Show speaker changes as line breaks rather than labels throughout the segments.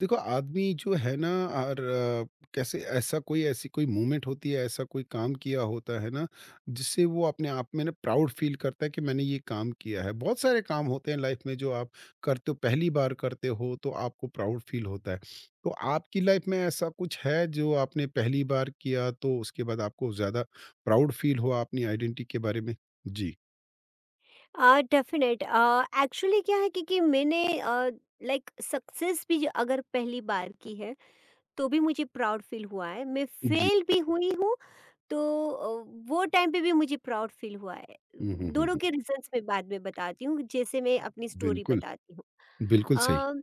देखो, आदमी जो है ना, और कैसे ऐसा कोई ऐसी कोई मूवमेंट होती है, ऐसा कोई काम किया होता है ना जिससे वो अपने आप में ना प्राउड फील करता है कि मैंने ये काम किया है। बहुत सारे काम होते हैं लाइफ में जो आप करते हो, पहली बार करते हो तो आपको प्राउड फील होता है। तो आपकी लाइफ में ऐसा कुछ है जो आपने पहली बार किया, तो उसके बाद आपको ज्यादा प्राउड फील हुआ अपनी आइडेंटिटी के बारे में? जी।
डेफ़िनेट एक्चुअली क्या है कि मैंने लाइक सक्सेस भी अगर पहली बार की है, तो भी मुझे प्राउड फ़ील हुआ है। मैं
जी।
फ़ेल भी हुई हूँ, तो वो टाइम पे भी मुझे प्राउड फ़ील हुआ है।
हम्म, हम्म,
दोनों
हम्म।
के रीज़न्स मैं बाद में बताती हूँ, जैसे मैं अपनी स्टोरी
बिल्कुल।
बताती हूँ।
बिल्कुल सही।
अ,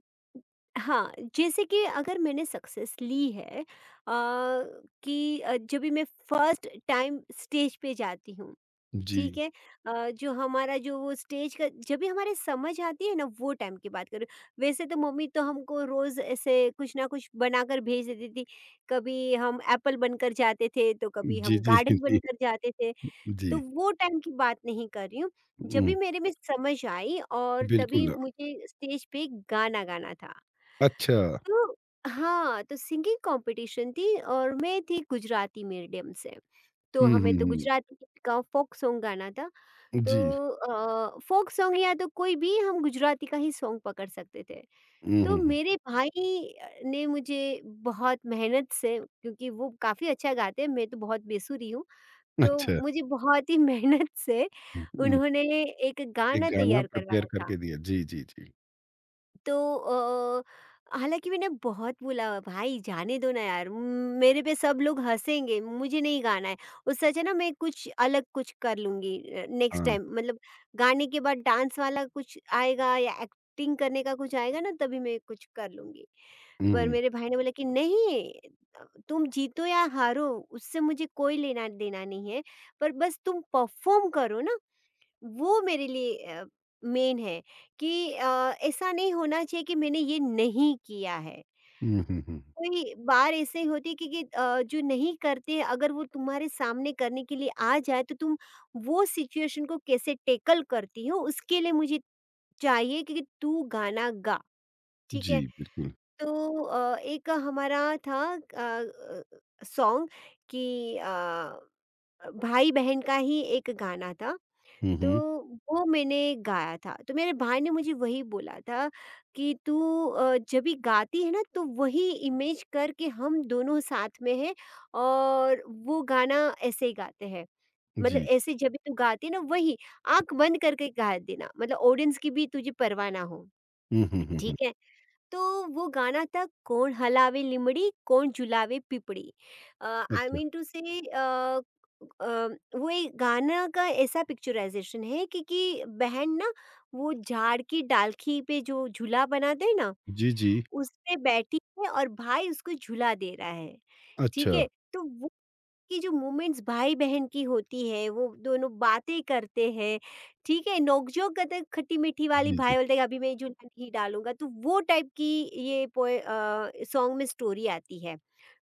हाँ, जैसे कि अगर मैंने सक्सेस ली है कि जब भी मैं फ़र्स्ट टाइम स्टेज पे जाती हूँ।
जी
ठीक है। जो हमारा जो वो स्टेज का जब भी हमारे समझ आती है ना वो टाइम की बात करूँ। वैसे तो मम्मी तो हमको रोज़ ऐसे कुछ ना कुछ बनाकर भेज देती थी। कभी हम एप्पल बनकर जाते थे तो कभी
जी,
हम
जी। जी,
गार्डन
जी।
बनकर जाते थे। तो
जी।
वो टाइम की बात नहीं कर रही हूँ। जब
हम्म।
भी मेरे में समझ आई और तभी
बिल्कुल।
मुझे स्टेज पे गाना गाना था।
अच्छा।
तो हाँ, तो सिंगिंग कॉम्पिटिशन थी और मैं थी गुजराती मीडियम से। तो
हुँ,
हमें
हुँ,
तो
हुँ।
गुजराती का फ़ोक सॉन्ग गाना था। तो
जी।
फ़ोक सॉन्ग या तो कोई भी हम गुजराती का ही सॉन्ग पकड़ सकते थे।
हुँ,
तो
हुँ, हुँ।
मेरे भाई ने मुझे बहुत मेहनत से क्योंकि वो काफ़ी अच्छा गाते हैं, मैं तो बहुत बेसुरी हूँ। तो
अच्छा।
मुझे बहुत ही मेहनत से
हुँ, हुँ।
उन्होंने एक
एक
गाना
गाना
तैयार
प्रिपेयर
करवाया था।
करके दिया। जी, जी, जी।
तो हालाँकि मैंने बहुत बोला, "भाई जाने दो ना यार, मेरे पे सब लोग हँसेंगे, मुझे नहीं गाना है। उससे अच्छा ना मैं कुछ अलग कुछ कर लूँगी नेक्स्ट
हाँ।
टाइम।" मतलब गाने के बाद डांस वाला कुछ आएगा या एक्टिंग करने का कुछ आएगा ना तभी मैं कुछ कर लूँगी।
हुँ,
पर
हुँ।
मेरे भाई ने बोला कि नहीं तुम जीतो या हारो उससे मुझे कोई लेना देना नहीं है, पर बस तुम परफॉर्म करो ना। वो मेरे लिए मेन है कि ऐसा नहीं होना चाहिए कि मैंने ये नहीं किया है।
हुँ, हुँ, हुँ।
कोई बार ऐसे होती है कि जो नहीं करते अगर वो तुम्हारे सामने करने के लिए आ जाए तो तुम वो सिचुएशन को कैसे टेकल करती हो उसके लिए मुझे चाहिए कि तू गाना गा। ठीक है।
जी, बिल्कुल।
तो एक हमारा था सॉन्ग कि भाई-बहन का ही एक गाना था,
हुँ,
तो
हुँ।
वो मैंने गाया था। तो मेरे भाई ने मुझे वही बोला था कि तू जब भी गाती है ना तो वही इमेज करके हम दोनों साथ में हैं और वो गाना ऐसे ही गाते हैं। मतलब
जी।
ऐसे जब भी तू गाती है ना वही आँख बंद करके गा देना, मतलब ऑडियंस की भी तुझे परवाह ना हो,
हुँ, हुँ, हुँ, हुँ।
ठीक है? तो वो गाना था कौन हलावे लिमड़ी कौन झुलावे पिपड़ी। आई
अच्छा।
मीन टू से वो एक गाना का ऐसा पिक्चराइजेशन है कि बहन ना वो झाड़ की डालखी पे जो झूला बनाते हैं ना,
जी, जी।
उस पे बैठी है और भाई उसको झूला दे रहा है। ठीक
अच्छा।
है। तो कि जो मोमेंट्स भाई-बहन की होती है, वो दोनों बातें करते हैं, ठीक है? नोक-झोंक करते हैं, खट्टी-मीठी वाली
जी, जी।
भाई बोलता है कि अभी मैं जूठा नहीं डालूँगा, तो वो टाइप की ये पोए सॉन्ग में स्टोरी आती है।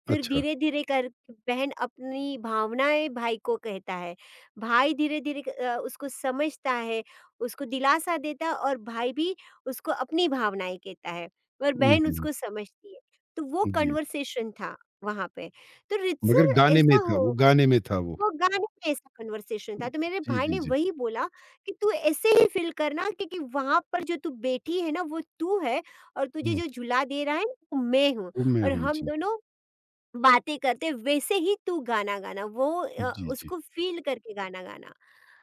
फिर
अच्छा।
धीरे-धीरे कर बहन अपनी भावनाएँ भाई को कहता है, भाई धीरे-धीरे उसको समझता है, उसको दिलासा देता है और भाई भी उसको अपनी भावनाएँ कहता है और
हुँ, हुँ,
बहन
हुँ।
उसको समझती है। तो वो
जी।
कन्वर्सेशन था वहाँ पे। तो
मगर
रिचुअल
गाने में
ऐसा
था वो,
हो
गाने में था वो।
वो गाने में ऐसा कन्वर्सेशन था, तो मेरे
जी,
भाई
जी,
ने
जी।
वही बोला कि तू ऐसे ही फ़ील करना क्योंकि वहाँ पर जो तू बैठी है ना वो तू है और तुझे
हुँ,
जो झूला दे रहा है ना, वो मैं हूँ।
वो मैं
और
हूँ।
हम
जी।
दोनों बातें करते वैसे ही तू गाना गाना, वो
जी, जी।
उसको फ़ील करके गाना गाना।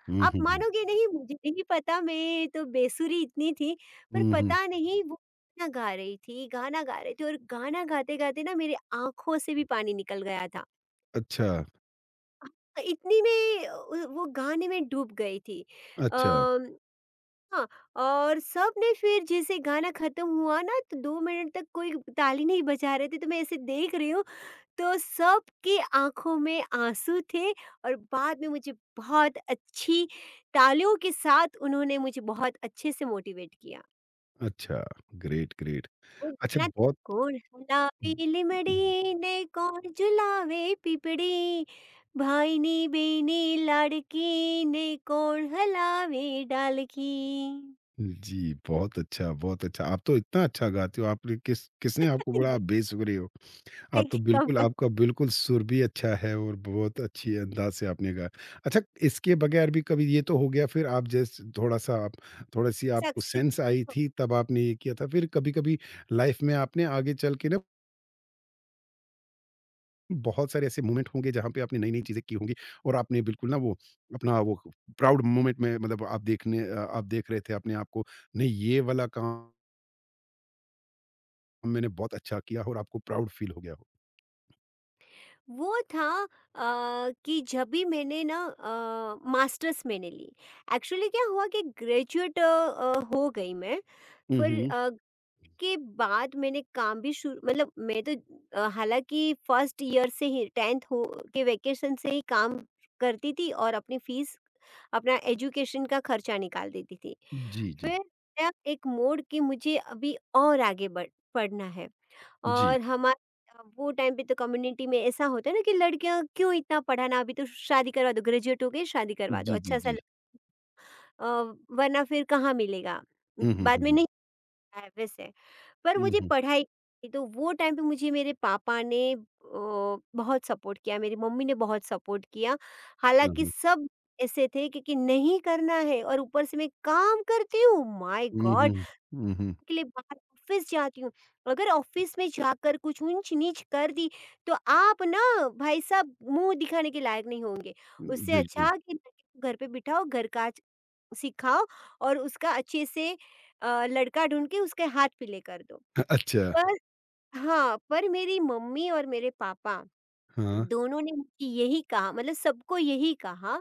हुँ,
आप
हुँ, हुँ।
मानोगे नहीं मुझे नहीं पता मैं तो बेसुरी इतनी थी पर
हुँ, हुँ।
पता नहीं वो गाना गा रही थी गाना गा रही थी और गाना गाते-गाते ना मेरी आँखों से भी पानी निकल गया था।
अच्छा,
इतनी में उ वो गाने में डूब गई थी।
अच्छा,
अम, हाँ, और सबने फिर जैसे गाना ख़त्म हुआ ना तो 2 मिनट तक कोई ताली नहीं बजा रहे थे तो मैं ऐसे देख रही हूँ, तो सबकी आँखों में आँसू थे और बाद में मुझे बहुत अच्छी तालियों के साथ उन्होंने मुझे बहुत अच्छे से मोटिवेट किया।
अच्छा। Great, great.
वो
अच्छा,
गाना तो
बहुत
"कोण हलावे लीमड़ी ने कोण झुलावे पीपड़ी भाईनी बेनी लाड़की ने कोण हलावे डालकी"।
जी। बहुत अच्छा, बहुत अच्छा। आप तो इतना अच्छा गाती हो, आपने किस, किसने आपको बोला आप बेसुरी हो? आप तो बिल्कुल, आपका बिल्कुल सुर भी अच्छा है और बहुत अच्छी अंदाज़ से आपने गाया। अच्छा, इसके बगैर भी कभी, ये तो हो गया, फिर आप जस्ट थोड़ा-सा आप, थोड़ी-सी आपको
सक्सेस
सेंस आई थी तब आपने ये किया था। फिर कभी-कभी लाइफ़ में आपने आगे चल के ना बहुत सारे ऐसे मोमेंट होंगे जहाँ पे आपने नई-नई चीज़ें की होंगी और आपने बिल्कुल ना वो, अपना वो प्राउड मोमेंट में, मतलब आप देखने आप देख रहे थे अपने आप को, नहीं ये वाला काम मैंने बहुत अच्छा किया और आपको प्राउड फ़ील हो गया हो।
वो था कि जब भी मैंने ना मास्टर्स मैंने ली। एक्चुअली क्या हुआ कि ग्रेजुएट हो गई मैं,
हुँ,
फिर
हुँ।
के बाद मैंने काम भी शुरू मतलब मैं तो हालाँकि फर्स्ट ईयर से ही 10th हो के वैकेशन से ही काम करती थी और अपनी फ़ीस, अपना एजुकेशन का खर्चा निकाल देती थी।
जी, जी।
फिर आया एक मोड़ कि मुझे अभी और आगे बढ़ पढ़ना है।
जी।
और हमा वो टाइम पे तो कम्युनिटी में ऐसा होता है ना कि लड़कियाँ क्यों इतना पढ़ाना, अभी तो शादी करवा दो, ग्रेजुएट हो गए शादी करवा दो,
जी, जी,
अच्छा-सा
जी।
ल अ, वरना फिर कहाँ मिलेगा?
हुँ, हुँ,
बाद
हुँ,
में
हुँ।
नहीं मिलता है वैसे। पर
हुँ,
मुझे
हुँ।
पढ़ाई की, तो वो टाइम पे मुझे मेरे पापा ने बहुत सपोर्ट किया, मेरी मम्मी ने बहुत सपोर्ट किया।
हाँ,
हालांकि
हुँ।
सब ऐसे थे कि नहीं करना है और ऊपर से मैं काम करती हूँ माय
हुँ,
गॉड,
हुँ। हुँ, हुँ।
के लिए बाहर ऑफिस जाती हूँ, अगर ऑफिस में जाकर कुछ ऊंच नीच कर दी तो आप ना भाई साहब मुंह दिखाने के लायक नहीं होंगे। उससे
बिल्कुल।
अच्छा कि लड़के को घर पे बिठाओ, घर का सिखाओ और उसका अच्छे से लड़का ढूंढ के उसके हाथ पीले कर दो।
अच्छा।
पर हाँ, पर मेरी मम्मी और मेरे पापा
हाँ,
दोनों ने मुझे यही कहा मतलब सबको यही कहा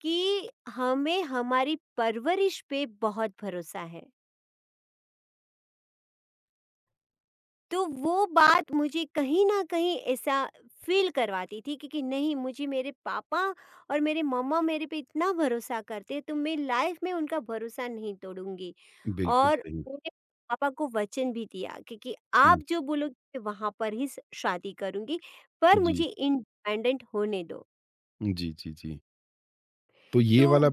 कि हमें हमारी परवरिश पे बहुत भरोसा है। तो वो बात मुझे कहीं न कहीं ऐसा फ़ील करवाती थी कि नहीं मुझे मेरे पापा और मेरे मम्मा मेरे पे इतना भरोसा करते हैं तो मैं लाइफ़ में उनका भरोसा नहीं तोड़ूँगी।
बिल्कुल
और
सही।
उन्होंने पापा को वचन भी दिया कि आप
हुँ,
जो बोलोगे मैं वहाँ पर ही स शादी करूँगी, पर
जी।
मुझे इंडिपेंडेंट होने दो।
जी, जी, जी। तो ये वाला
तो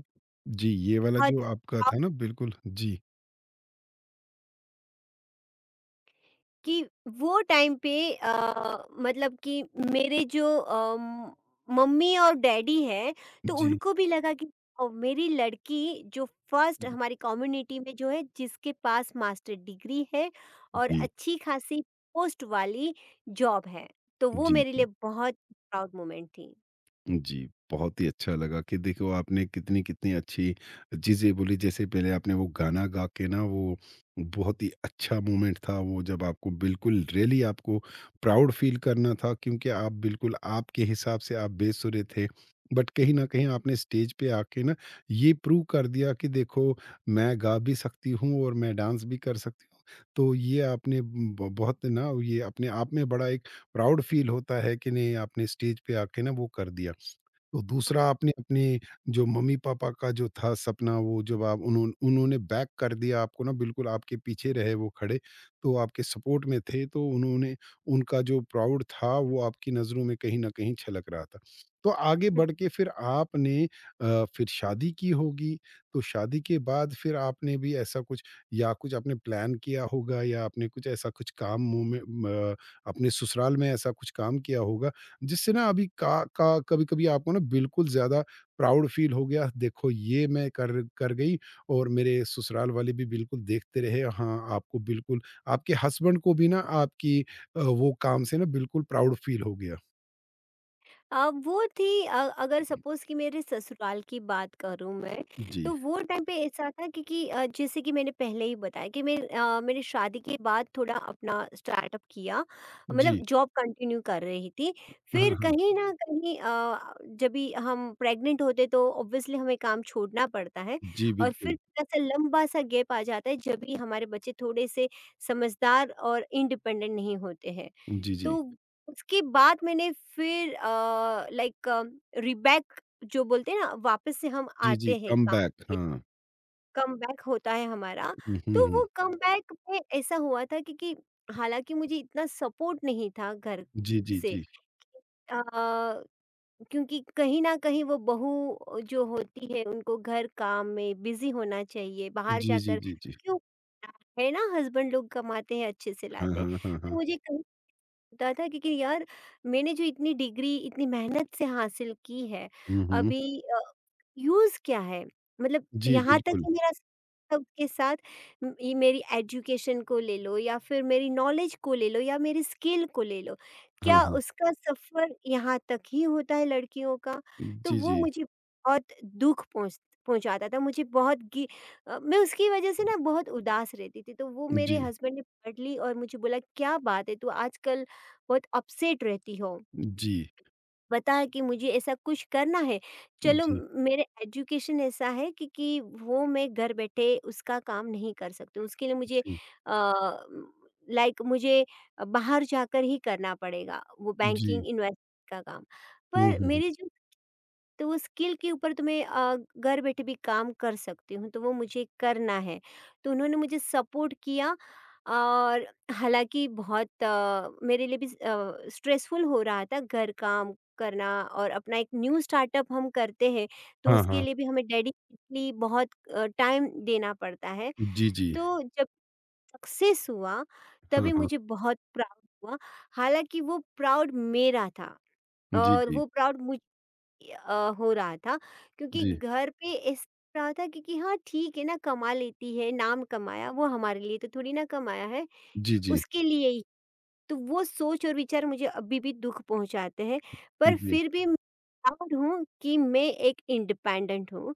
जी, ये वाला
बहुत
जो आपका था ना, बिल्कुल। जी,
कि वो टाइम पे मतलब कि मेरे जो मम्मी और डैडी हैं, तो
जी।
उनको भी लगा कि मेरी लड़की जो फर्स्ट हमारी कम्युनिटी में जो है जिसके पास मास्टर डिग्री है और
जी,
अच्छी खासी पोस्ट वाली जॉब है, तो वो
जी,
मेरे
जी।
लिए बहुत प्राउड मोमेंट थी।
जी, बहुत ही अच्छा लगा कि देखो आपने कितनी-कितनी अच्छी चीज़ें बोली। जैसे पहले आपने वो गाना गा के ना, वो बहुत ही अच्छा मोमेंट था वो, जब आपको बिल्कुल रियली आपको प्राउड फ़ील करना था क्योंकि आप बिल्कुल आपके हिसाब से आप बेसुरे थे। बट कहीं न कहीं आपने स्टेज पे आके ना ये प्रूव कर दिया कि देखो, मैं गा भी सकती हूँ और मैं डांस भी कर सकती हूँ। तो ये आपने ब बहुत ना, ये अपने आप में बड़ा एक प्राउड फ़ील होता है कि नहीं, आपने स्टेज पे आके ना वो कर दिया। तो दूसरा, आपने अपने जो मम्मी-पापा का जो था सपना, वो जब आप, उन्होंने उन्होंने बैक कर दिया आपको ना, बिल्कुल आपके पीछे रहे वो खड़े, तो आपके सपोर्ट में थे, तो उन्होंने, उनका जो प्राउड था वो आपकी नज़रों में कहीं न कहीं छलक रहा था। तो आगे बढ़ के फिर आपने फिर शादी की होगी, तो शादी के बाद फिर आपने भी ऐसा कुछ या कुछ आपने प्लान किया होगा, या आपने कुछ ऐसा कुछ काम मुँह में, म अपने ससुराल में ऐसा कुछ काम किया होगा जिससे ना अभी का कभी-कभी आपको ना बिल्कुल ज़्यादा प्राउड फ़ील हो गया, देखो ये मैं कर कर गई और मेरे ससुराल वाले भी बिल्कुल देखते रहे, हाँ, आपको बिल्कुल, आपके हस्बैंड को भी ना आपकी वो काम से ना बिल्कुल प्राउड फ़ील हो गया।
अब वो थी अगर सपोज़ कि मेरे ससुराल की बात करूँ मैं,
जी,
तो वो टाइम पे ऐसा था क्योंकि जैसे कि मैंने पहले ही बताया कि मैं मैंने शादी के बाद थोड़ा अपना स्टार्टअप किया,
जी।
मतलब जॉब कंटिन्यू कर रही थी।
हाँ,
फिर
हाँ।
कहीं न कहीं जब भी हम प्रेग्नेंट होते तो ऑब्वियसली हमें काम छोड़ना पड़ता है
जी,
और फिर
बिल्कुल।
थोड़ा-सा लंबा-सा गैप आ जाता है, जब भी हमारे बच्चे थोड़े-से समझदार और इंडिपेंडेंट नहीं होते हैं।
जी, जी।
तो उसके बाद मैंने फिर लाइक रीबैक जो बोलते हैं ना वापस से हम
जी, जी,
आते हैं काम
कमबैक,
के,
हाँ।
कमबैक होता है हमारा।
हुँ, हुँ,
तो वो
हुँ।
कमबैक में ऐसा हुआ था क्योंकि हालांकि मुझे इतना सपोर्ट नहीं था घर
जी, जी,
से
जी।
अ, क्योंकि कहीं ना कहीं वो बहू जो होती है उनको घर काम में बिजी होना चाहिए, बाहर
जी, जी,
जाकर
जी, जी।
क्यों, है ना, हस्बैंड लोग कमाते हैं अच्छे से
हाँ,
लाते हैं।
हाँ, हाँ,
पर
हाँ।
मुझे कहीं होता था क्योंकि यार मैंने जो इतनी डिग्री इतनी मेहनत से हासिल की है
हुँ, हुँ।
अभी यूज क्या है, मतलब
जी,
यहाँ तक
बिल्कुल।
ही मेरा सबके साथ ये मेरी एजुकेशन को ले लो या फिर मेरी नॉलेज को ले लो या मेरी स्किल को ले लो,
हाँ,
क्या
हाँ।
उसका सफर यहाँ तक ही होता है लड़कियों का? तो
जी,
वो
जी।
मुझे बहुत दुख पहुंच पहुंचाता था, मुझे बहुत मैं उसकी वजह से ना बहुत उदास रहती थी, तो वो मेरे
जी,
हस्बैंड ने पढ़ ली और मुझे बोला क्या बात है तू आजकल बहुत अपसेट रहती हो।
जी।
पता है कि मुझे ऐसा कुछ करना है, चलो
जी,
मेरे एजुकेशन ऐसा है कि वो मैं घर बैठे उसका काम नहीं कर सकती, उसके लिए मुझे
जी।
मुझे बाहर जाकर ही करना पड़ेगा वो
जी।
बैंकिंग इन्वेस्टमेंट का काम।
हुँ,
पर
हुँ, हुँ।
मेरी जो तो वो स्किल के ऊपर तो मैं घर बैठे भी काम कर सकती हूँ, तो वो मुझे करना है। तो उन्होंने मुझे सपोर्ट किया और हालाँकि बहुत मेरे लिए भी स्ट्रेसफुल हो रहा था घर काम करना और अपना एक न्यू स्टार्टअप हम करते हैं, तो
हाँ,
उसके
हाँ।
लिए भी हमें डेडिकेटली बहुत टाइम देना पड़ता है।
जी, जी।
तो जब सक्सेस हुआ,
हाँ,
तभी
हाँ।
मुझे बहुत प्राउड हुआ, हालाँकि वो प्राउड मेरा था
जी,
और
जी।
वो प्राउड मुझे हो रहा था क्योंकि
जी।
घर पे ऐसा रहा था क्योंकि हाँ ठीक है ना कमा लेती है, नाम कमाया वो हमारे लिए तो थोड़ी ना कमाया है
जी, जी।
उसके लिए ही। तो वो सोच और विचार मुझे अभी भी दुख पहुंचाते हैं, पर
जी।
फिर भी मैं proud हूँ कि मैं एक इंडिपेंडेंट हूँ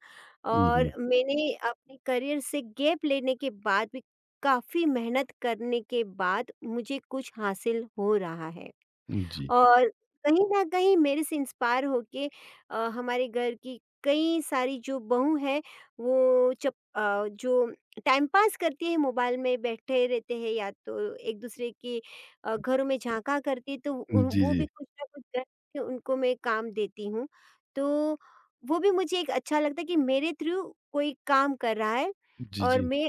हुँ,
और
हुँ।
मैंने अपने करियर से गैप लेने के बाद भी काफ़ी मेहनत करने के बाद मुझे कुछ हासिल हो रहा है।
जी।
और कहीं न कहीं मेरे से इंस्पायर होके हमारे घर की कई सारी जो बहू है, वो जो टाइम पास करती है, मोबाइल में बैठे रहते हैं या तो एक दूसरे के घरों में झाँका करती है, तो उन
जी,
वो
जी।
भी कुछ ना कुछ करके उनको मैं काम देती हूँ। तो वो भी मुझे एक अच्छा लगता है कि मेरे थ्रू कोई काम कर रहा है
जी,
और
जी।
मैं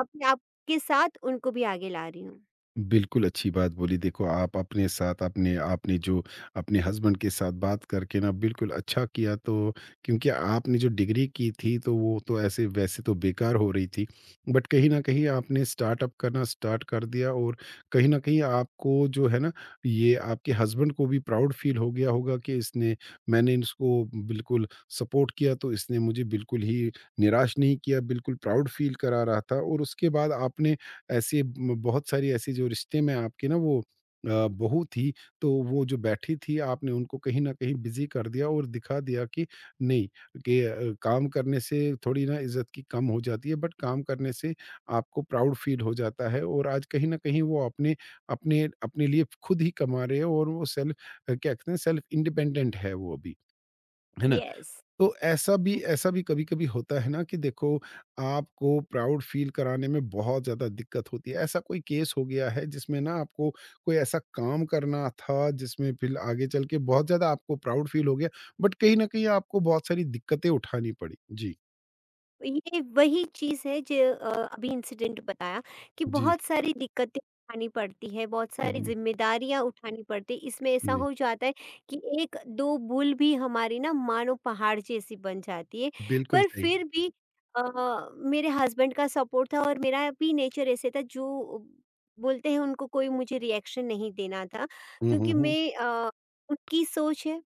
अपने आप के साथ उनको भी आगे ला रही हूँ।
बिल्कुल, अच्छी बात बोली। देखो, आप अपने साथ, अपने आपने जो अपने हस्बैंड के साथ बात करके ना बिल्कुल अच्छा किया, तो क्योंकि आपने जो डिग्री की थी तो वो तो ऐसे वैसे तो बेकार हो रही थी। बट कहीं न कहीं आपने स्टार्टअप करना स्टार्ट कर दिया और कहीं न कहीं आपको जो है ना, ये आपके हस्बैंड को भी प्राउड फ़ील हो गया होगा कि इसने, मैंने इसको बिल्कुल सपोर्ट किया तो इसने मुझे बिल्कुल ही निराश नहीं किया, बिल्कुल प्राउड फ़ील करा रहा था। और उसके बाद आपने ऐसी म बहुत सारी ऐसी जो रिश्ते में आपकी ना वो बहू थी, तो वो जो बैठी थी आपने उनको कहीं न कहीं बिज़ी कर दिया और दिखा दिया कि नहीं, कि काम करने से थोड़ी ना इज़्ज़त की कम हो जाती है, बट काम करने से आपको प्राउड फ़ील हो जाता है। और आज कहीं न कहीं वो अपने, अपने लिए खुद ही कमा रहे हैं और वो सेल्फ, क्या कहते हैं, सेल्फ इंडिपेंडेंट है वो अभी, है ना?
यस।
तो ऐसा भी कभी-कभी होता है ना कि देखो, आपको प्राउड फ़ील कराने में बहुत ज़्यादा दिक्कत होती है। ऐसा कोई केस हो गया है जिसमें ना आपको कोई ऐसा काम करना था जिसमें फ़िर आगे चल के बहुत ज़्यादा आपको प्राउड फ़ील हो गया, बट कहीं न कहीं आपको बहुत सारी दिक्कतें उठानी पड़ी? जी।
ये वही चीज़ है जो अभी इंसिडेंट बताया कि
जी,
बहुत सारी दिक्कतें उठानी पड़ती है, बहुत सारी
जी,
जिम्मेदारियां उठानी पड़ती है, इसमें ऐसा
जी।
हो जाता है कि एक दो भूल भी हमारी ना मानो पहाड़ जैसी बन जाती है।
बिल्कुल
पर
सही।
फिर भी मेरे हस्बैंड का सपोर्ट था और मेरा भी नेचर ऐसे था जो बोलते हैं उनको कोई मुझे रिएक्शन नहीं देना था
हुँ, हुँ,
क्योंकि
हुँ।
मैं उनकी सोच है,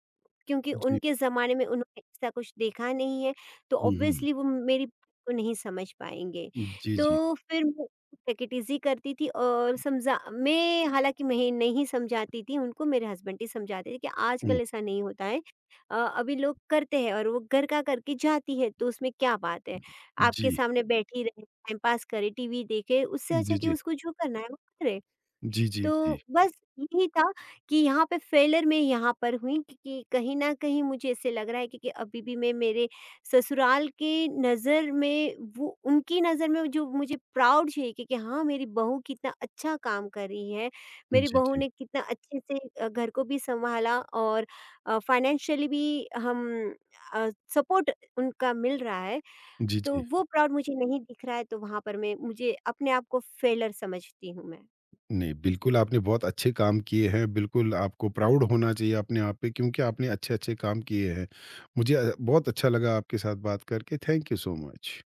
क्योंकि
जी।
उनके ज़माने में उन्होंने ऐसा कुछ देखा नहीं है, तो
हुँ, हुँ।
ऑब्वियसली वो मेरी बात को नहीं समझ पाएँगे।
जी, जी।
तो फिर मैं टेक इट ईज़ी करती थी और समझा मैं, हालाँकि मैं नहीं समझाती थी उनको, मेरे हस्बैंड ही समझाते थे कि
हुँ।
आजकल ऐसा नहीं होता है। अभी लोग करते हैं और वो घर का करके जाती है, तो उसमें क्या बात है? आपके
जी।
सामने बैठी रहे, टाइम पास करे, टीवी देखे, उससे अच्छा
जी,
कि
जी।
उसको जो करना है वो करे।
जी, जी,
तो
जी।
बस यही था कि यहाँ पे फेलियर मैं यहाँ पर हुई क्योंकि कहीं न कहीं मुझे ऐसे लग रहा है, क्योंकि अभी भी मैं मेरे ससुराल की नज़र में वो उनकी नज़र में जो मुझे प्राउड चाहिए कि हाँ, मेरी बहू कितना अच्छा काम कर रही है, मेरी
जी,
बहू
जी।
ने कितना अच्छे से घर को भी सँभाला और फ़ाइनेंशियली भी हम अ, सपोर्ट उनका मिल रहा है,
जी,
तो
जी।
वो प्राउड मुझे नहीं दिख रहा है, तो वहाँ पर मैं मुझे अपने आप को फेलियर समझती हूँ मैं।
नहीं, बिल्कुल आपने बहुत अच्छे काम किए हैं। बिल्कुल आपको प्राउड होना चाहिए अपने आप पे क्योंकि आपने अच्छे-अच्छे काम किए हैं। मुझे बहुत अच्छा लगा आपके साथ बात करके। Thank you so much.